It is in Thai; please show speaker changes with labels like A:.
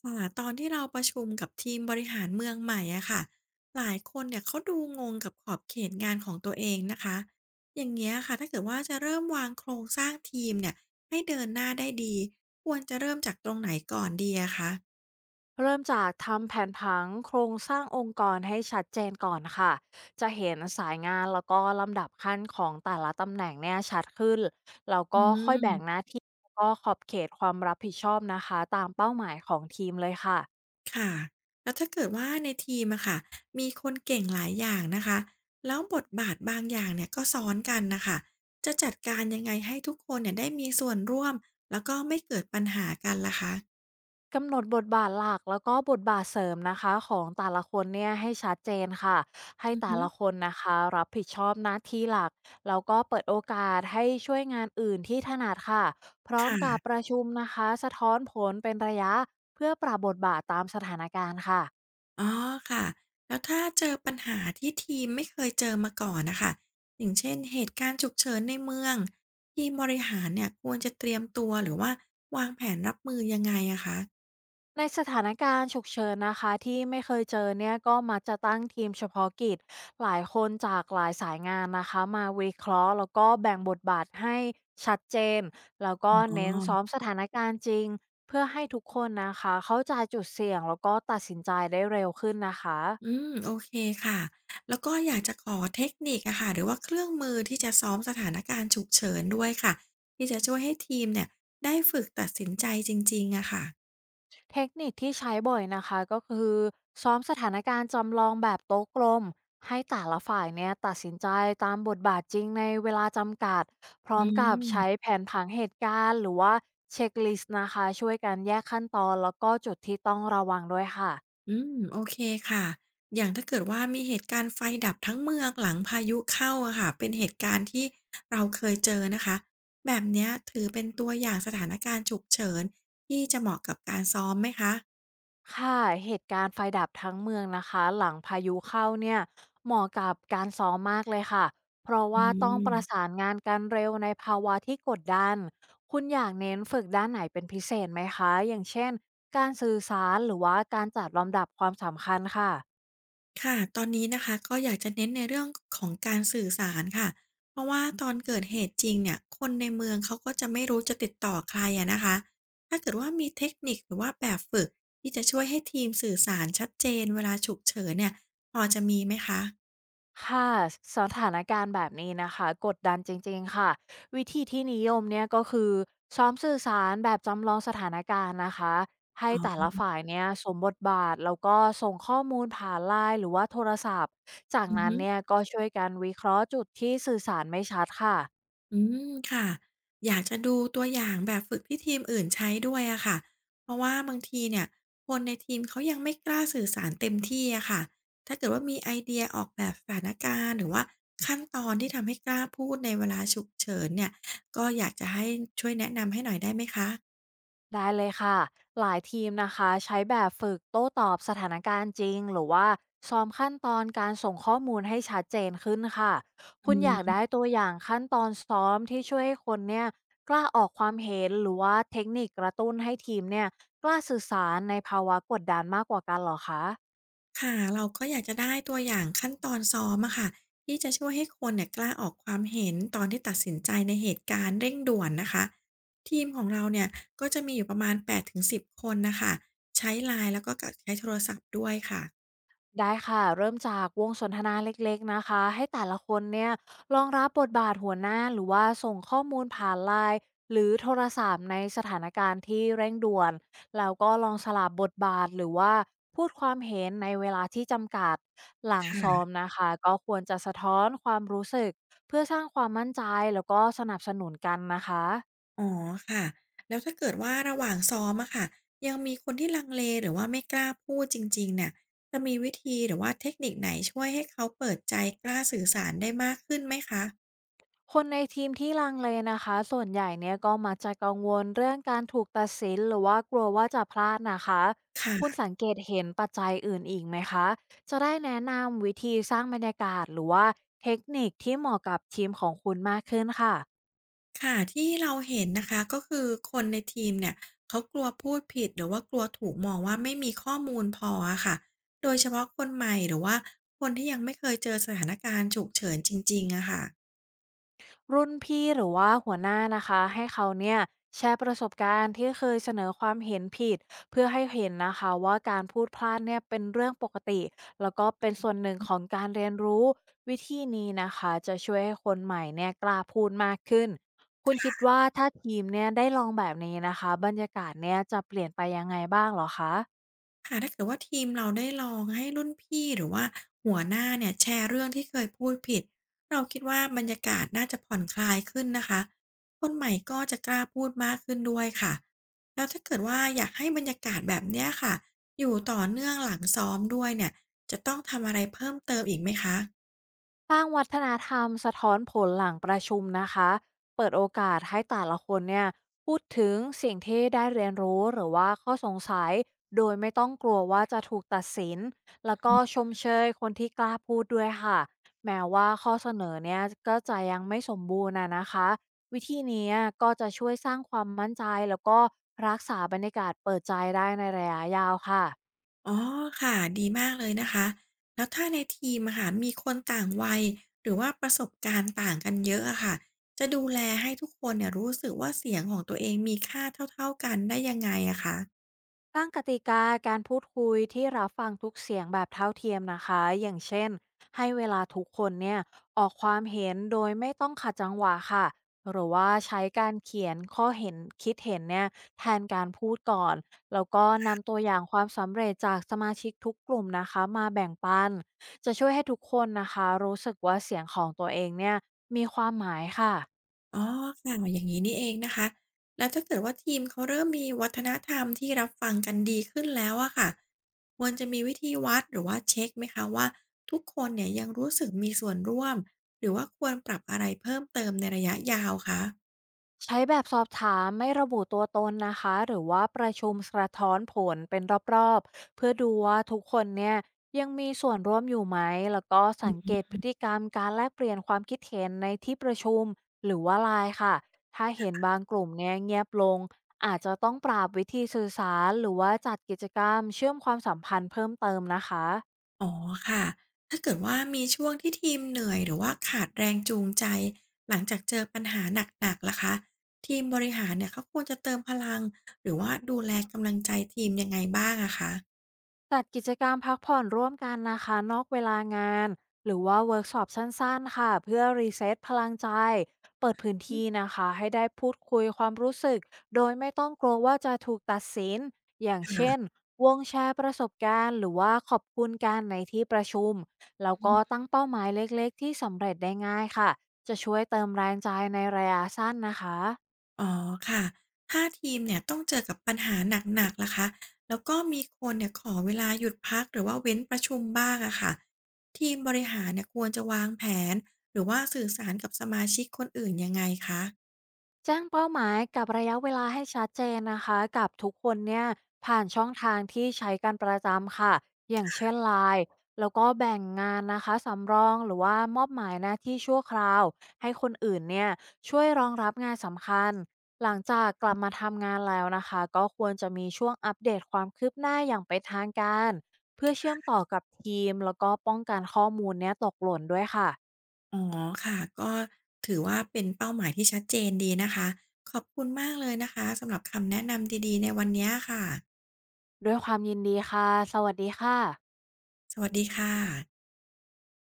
A: ค่ะตอนที่เราประชุมกับทีมบริหารเมืองใหม่อะค่ะหลายคนเนี่ยเขาดูงงกับขอบเขตงานของตัวเองนะคะอย่างเงี้ยค่ะถ้าเกิดว่าจะเริ่มวางโครงสร้างทีมเนี่ยให้เดินหน้าได้ดีควรจะเริ่มจากตรงไหนก่อนดีอะคะ
B: เริ่มจากทำแผนผังโครงสร้างองค์กรให้ชัดเจนก่อนค่ะ จะเห็นสายงานแล้วก็ลำดับขั้นของแต่ละตำแหน่งเนี่ยชัดขึ้นแล้ว
A: อื
B: ก็ค่อยแบ่งหน้า
A: ม
B: ที่แล้วก็ขอบเขตความรับผิดชอบนะคะตามเป้าหมายของทีมเลยค่ะ
A: ค่ะแล้วถ้าเกิดว่าในทีมอะค่ะมีคนเก่งหลายอย่างนะคะแล้วบทบาทบางอย่างเนี่ยก็ซ้อนกันนะคะจะจัดการยังไงให้ทุกคนเนี่ยได้มีส่วนร่วมแล้วก็ไม่เกิดปัญหากันล่ะคะ
B: กำหนดบทบาทหลักแล้วก็บทบาทเสริมนะคะของแต่ละคนเนี่ยให้ชัดเจนค่ะให้แต่ละคนนะคะรับผิดชอบหน้าที่หลักแล้วก็เปิดโอกาสให้ช่วยงานอื่นที่ถนัดค่ะพร้อ
A: ค
B: มกับป
A: ่ะ
B: ระชุมนะคะสะท้อนผลเป็นระยะเพื่อปรับบทบาทตามสถานการณ์ค่ะ
A: อ๋อค่ะแล้วถ้าเจอปัญหาที่ทีมไม่เคยเจอมาก่อนน่ะค่ะอย่างเช่นเหตุการณ์ฉุกเฉินในเมืองทีมบริหารเนี่ยควรจะเตรียมตัวหรือว่าวางแผนรับมือยังไงอะคะ
B: ในสถานการณ์ฉุกเฉินนะคะที่ไม่เคยเจอเนี่ยก็มักจะตั้งทีมเฉพาะกิจหลายคนจากหลายสายงานนะคะมาวิเคราะห์แล้วก็แบ่งบทบาทให้ชัดเจนแล้วก็
A: อ๋
B: เน้นซ้อ
A: อ
B: มสถานการณ์จริงเพื่อให้ทุกคนนะคะเข้าใจจุดเสี่ยงแล้วก็ตัดสินใจได้เร็วขึ้นนะคะ
A: อืมโอเคค่ะแล้วก็อยากจะขอเทคนิคอะค่ะหรือว่าเครื่องมือที่จะซ้อมสถานการณ์ฉุกเฉินด้วยค่ะ ที่จะช่วยให้ทีมเนี่ยได้ฝึกตัดสินใจจริงๆอะค่ะ
B: เทคนิคที่ใช้บ่อยนะคะก็คือซ้อมสถานการณ์จำลองแบบโต๊ะกลมให้แต่ละฝ่ายเนี่ยตัดสินใจตามบทบาทจริงในเวลาจำกัดพร้อ
A: อื
B: มกับ
A: ม
B: ใช้แผนผังเหตุการณ์หรือว่าเช็คลิสต์นะคะช่วยกันแยกขั้นตอนแล้วก็จุดที่ต้องระวังด้วยค่ะ
A: อืมโอเคค่ะอย่างถ้าเกิดว่ามีเหตุการณ์ไฟดับทั้งเมืองหลังพายุเข้าอะค่ะเป็นเหตุการณ์ที่เราเคยเจอนะคะแบบเนี้ยถือเป็นตัวอย่างสถานการณ์ฉุกเฉินที่จะเหมาะกับการซ้อมไหมคะ
B: ค่ะเหตุการณ์ไฟดับทั้งเมืองนะคะหลังพายุเข้าเนี่ยเหมาะกับการซ้อมมากเลยค่ะเพราะ
A: อื
B: ว่าต้องประ
A: ม
B: สานงานกันเร็วในภาวะที่กดดันคุณอยากเน้นฝึกด้านไหนเป็นพิเศษไหมคะอย่างเช่นการสื่อสารหรือว่าการจัดลำดับความสำคัญค่ะ
A: ค่ะ ตอนนี้นะคะก็อยากจะเน้นในเรื่องของการสื่อสารค่ะ เพราะว่าตอนเกิดเหตุจริงเนี่ยคนในเมืองเขาก็จะไม่รู้จะติดต่อใครอะนะคะ ถ้าเกิดว่ามีเทคนิคหรือว่าแบบฝึกที่จะช่วยให้ทีมสื่อสารชัดเจนเวลาฉุกเฉินเนี่ยพอจะมีไหมคะ
B: ค่ะสถานการณ์แบบนี้นะคะกดดันจริงๆค่ะวิธีที่นิยมเนี่ยก็คือซ้อมสื่อสารแบบจำลองสถานการณ์นะคะให้
A: อ๋
B: แต่
A: อ
B: ละฝ่ายเนี่ยสวมบทบาทแล้วก็ส่งข้อมูลผ่านไลน์หรือว่าโทรศัพท์จาก
A: อือ
B: นั้น
A: ฮึ
B: เนี่ยก็ช่วยกันวิเคราะห์จุดที่สื่อสารไม่ชัดค่ะ
A: อืมค่ะอยากจะดูตัวอย่างแบบฝึกที่ทีมอื่นใช้ด้วยอะค่ะเพราะว่าบางทีเนี่ยคนในทีมเขายังไม่กล้าสื่อสารเต็มที่อะค่ะถ้าเกิดว่ามีไอเดียออกแบบสถานการณ์หรือว่าขั้นตอนที่ทำให้กล้าพูดในเวลาฉุกเฉินเนี่ยก็อยากจะให้ช่วยแนะนำให้หน่อยได้ไหมคะ
B: ได้เลยค่ะ หลายทีมนะคะใช้แบบฝึกโต้ตอบสถานการณ์จริงหรือว่าซ้อมขั้นตอนการส่งข้อมูลให้ชัดเจนขึ้นค่ะ คุณอยาก
A: อืม
B: ได้ตัวอย่างขั้นตอนซ้อมที่ช่วยให้คนเนี่ยกล้าออกความเห็นหรือว่าเทคนิคกระตุ้นให้ทีมเนี่ยกล้าสื่อสารในภาวะกดดันมากกว่ากันเหรอคะ
A: ค่ะเราก็อยากจะได้ตัวอย่างขั้นตอนซ้อมอะค่ะที่จะช่วยให้คนเนี่ยกล้าออกความเห็นตอนที่ตัดสินใจในเหตุการณ์เร่งด่วนนะคะทีมของเราเนี่ยก็จะมีอยู่ประมาณ8-10คนนะคะใช้ไลน์แล้วก็กะใช้โทรศัพท์ด้วยค่ะ
B: ได้ค่ะเริ่มจากวงสนทนาเล็กๆนะคะให้แต่ละคนเนี่ยลองรับบทบาทหัวหน้าหรือว่าส่งข้อมูลผ่านไลน์หรือโทรศัพท์ในสถานการณ์ที่เร่งด่วนแล้วก็ลองสลับบทบาทหรือว่าพูดความเห็นในเวลาที่จำกัดหลังซ้อม
A: ค่ะ
B: นะคะก็ควรจะสะท้อนความรู้สึกเพื่อสร้างความมั่นใจแล้วก็สนับสนุนกันนะคะ
A: อ๋อค่ะแล้วถ้าเกิดว่าระหว่างซ้อมอะค่ะยังมีคนที่ลังเลหรือว่าไม่กล้าพูดจริงๆเนี่ยจะมีวิธีหรือว่าเทคนิคไหนช่วยให้เขาเปิดใจกล้าสื่อสารได้มากขึ้นไหมคะ
B: คนในทีมที่ลังเลนะคะส่วนใหญ่เนี่ยก็มักจะกังวลเรื่องการถูกตัดสินหรือว่ากลัวว่าจะพลาดนะคะคุณ
A: ค่ะ
B: สังเกตเห็นปัจจัยอื่นอีกไหมคะจะได้แนะนำวิธีสร้างบรรยากาศหรือว่าเทคนิคที่เหมาะกับทีมของคุณมากขึ้นค่ะ
A: ค่ะที่เราเห็นนะคะก็คือคนในทีมเนี่ยเขากลัวพูดผิดหรือว่ากลัวถูกมองว่าไม่มีข้อมูลพออะค่ะโดยเฉพาะคนใหม่หรือว่าคนที่ยังไม่เคยเจอสถานการณ์ฉุกเฉินจริงๆอะค่ะ
B: รุ่นพี่หรือว่าหัวหน้านะคะให้เขาเนี่ยแชร์ประสบการณ์ที่เคยเสนอความเห็นผิดเพื่อให้เห็นนะคะว่าการพูดพลาดเนี่ยเป็นเรื่องปกติแล้วก็เป็นส่วนหนึ่งของการเรียนรู้วิธีนี้นะคะจะช่วยให้คนใหม่เนี่ยกล้าพูดมากขึ้นคุณคิดว่าถ้าทีมเนี่ยได้ลองแบบนี้นะคะบรรยากาศเนี่ยจะเปลี่ยนไปยังไงบ้างเหรอคะ
A: ค่ะถ้าเกิดว่าทีมเราได้ลองให้รุ่นพี่หรือว่าหัวหน้าเนี่ยแชร์เรื่องที่เคยพูดผิดเราคิดว่าบรรยากาศน่าจะผ่อนคลายขึ้นนะคะคนใหม่ก็จะกล้าพูดมากขึ้นด้วยค่ะแล้วถ้าเกิดว่าอยากให้บรรยากาศแบบเนี้ยค่ะอยู่ต่อเนื่องหลังซ้อมด้วยเนี่ยจะต้องทำอะไรเพิ่มเติมอีกไหมคะ
B: สร้างวัฒนธรรมสะท้อนผลหลังประชุมนะคะเปิดโอกาสให้แต่ละคนเนี่ยพูดถึงสิ่งที่ได้เรียนรู้หรือว่าข้อสงสัย โดยไม่ต้องกลัวว่าจะถูกตัดสินแล้วก็ชมเชยคนที่กล้าพูดด้วยค่ะแม้ว่าข้อเสนอเนี่ยก็จะยังไม่สมบูรณ์นะคะวิธีนี้ก็จะช่วยสร้างความมั่นใจแล้วก็รักษาบรรยากาศเปิดใจได้ในระยะยาวค่ะ
A: อ๋อค่ะดีมากเลยนะคะแล้วถ้าในทีมอะค่ะมีคนต่างวัยหรือว่าประสบการณ์ต่างกันเยอะอะค่ะจะดูแลให้ทุกคนเนี่ยรู้สึกว่าเสียงของตัวเองมีค่าเท่าๆกันได้ยังไงอะคะ
B: ตั้งกติกาการพูดคุยที่รับฟังทุกเสียงแบบเท่าเทียมนะคะ อย่างเช่นให้เวลาทุกคนเนี่ยออกความเห็นโดยไม่ต้องขัดจังหวะค่ะ หรือว่าใช้การเขียนข้อเห็นคิดเห็นเนี่ยแทนการพูดก่อนแล้วก็นำตัวอย่างความสำเร็จจากสมาชิกทุกกลุ่มนะคะมาแบ่งปันจะช่วยให้ทุกคนนะคะรู้สึกว่าเสียงของตัวเองเนี่ยมีความหมายค่ะ
A: อ๋อค่ะอย่างนี้นี่เองนะคะแล้วถ้าเกิดว่าทีมเขาเริ่มมีวัฒนธรรมที่รับฟังกันดีขึ้นแล้วอะค่ะควรจะมีวิธีวัดหรือว่าเช็คไหมคะว่าทุกคนเนี่ยยังรู้สึกมีส่วนร่วมหรือว่าควรปรับอะไรเพิ่มเติมในระยะยาวคะ
B: ใช้แบบสอบถามไม่ระบุตัวตนนะคะหรือว่าประชุมสะท้อนผลเป็นรอบๆเพื่อดูว่าทุกคนเนี่ยยังมีส่วนร่วมอยู่ไหมแล้วก็สังเกตพฤติกรรมการแลกเปลี่ยนความคิดเห็นในที่ประชุมหรือว่าไลน์ค่ะถ้าเห็นบางกลุ่มเนี่ยเงียบลงอาจจะต้องปรับวิธีสื่อสารหรือว่าจัดกิจกรรมเชื่อมความสัมพันธ์เพิ่มเติมนะคะ
A: อ๋อค่ะ ถ้าเกิดว่ามีช่วงที่ทีมเหนื่อยหรือว่าขาดแรงจูงใจหลังจากเจอปัญหาหนักๆล่ะคะทีมบริหารเนี่ยเขาควรจะเติมพลังหรือว่าดูแลกำลังใจทีมยังไงบ้างอะคะ
B: จัดกิจกรรมพักผ่อนร่วมกันนะคะนอกเวลางานหรือว่าเวิร์กช็อปสั้นๆค่ะเพื่อรีเซ็ตพลังใจเปิดพื้นที่
A: อ
B: นะคะให้ได้พูดคุยความรู้สึกโดยไม่ต้องกลัวว่าจะถูกตัดสินอย่างเช่น
A: ค่ะ
B: วงแชร์ประสบการณ์หรือว่าขอบคุณการในที่ประชุมแล้วก็ตั้งเป้าหมายเล็กๆที่สำเร็จได้ง่ายค่ะจะช่วยเติมแรงใจในระยะสั้นนะคะ
A: อ๋อค่ะถ้าทีมเนี่ยต้องเจอกับปัญหาหนักๆล่ะคะแล้วก็มีคนเนี่ยขอเวลาหยุดพักหรือว่าเว้นประชุมบ้างอะค่ะทีมบริหารเนี่ยควรจะวางแผนหรือว่าสื่อสารกับสมาชิกคนอื่นยังไงคะ
B: แจ้งเป้าหมายกับระยะเวลาให้ชัดเจนนะคะกับทุกคนเนี่ยผ่านช่องทางที่ใช้กันประจำค่ะอย่างเช่นไลน์แล้วก็แบ่งงานนะคะสำรองหรือว่ามอบหมายหน้าที่ชั่วคราวให้คนอื่นเนี่ยช่วยรองรับงานสำคัญหลังจากกลับมาทำงานแล้วนะคะก็ควรจะมีช่วงอัปเดตความคืบหน้าอย่างเป็นทางการเพื่อเชื่อมต่อกับทีมแล้วก็ป้องกันข้อมูลเนี้ยตกหล่นด้วยค่ะ
A: อ๋อค่ะก็ถือว่าเป็นเป้าหมายที่ชัดเจนดีนะคะขอบคุณมากเลยนะคะสำหรับคำแนะนำดีๆในวันนี้ค่ะ
B: ด้วยความยินดีค่ะสวัสดีค่ะ
A: สวัสดีค่ะ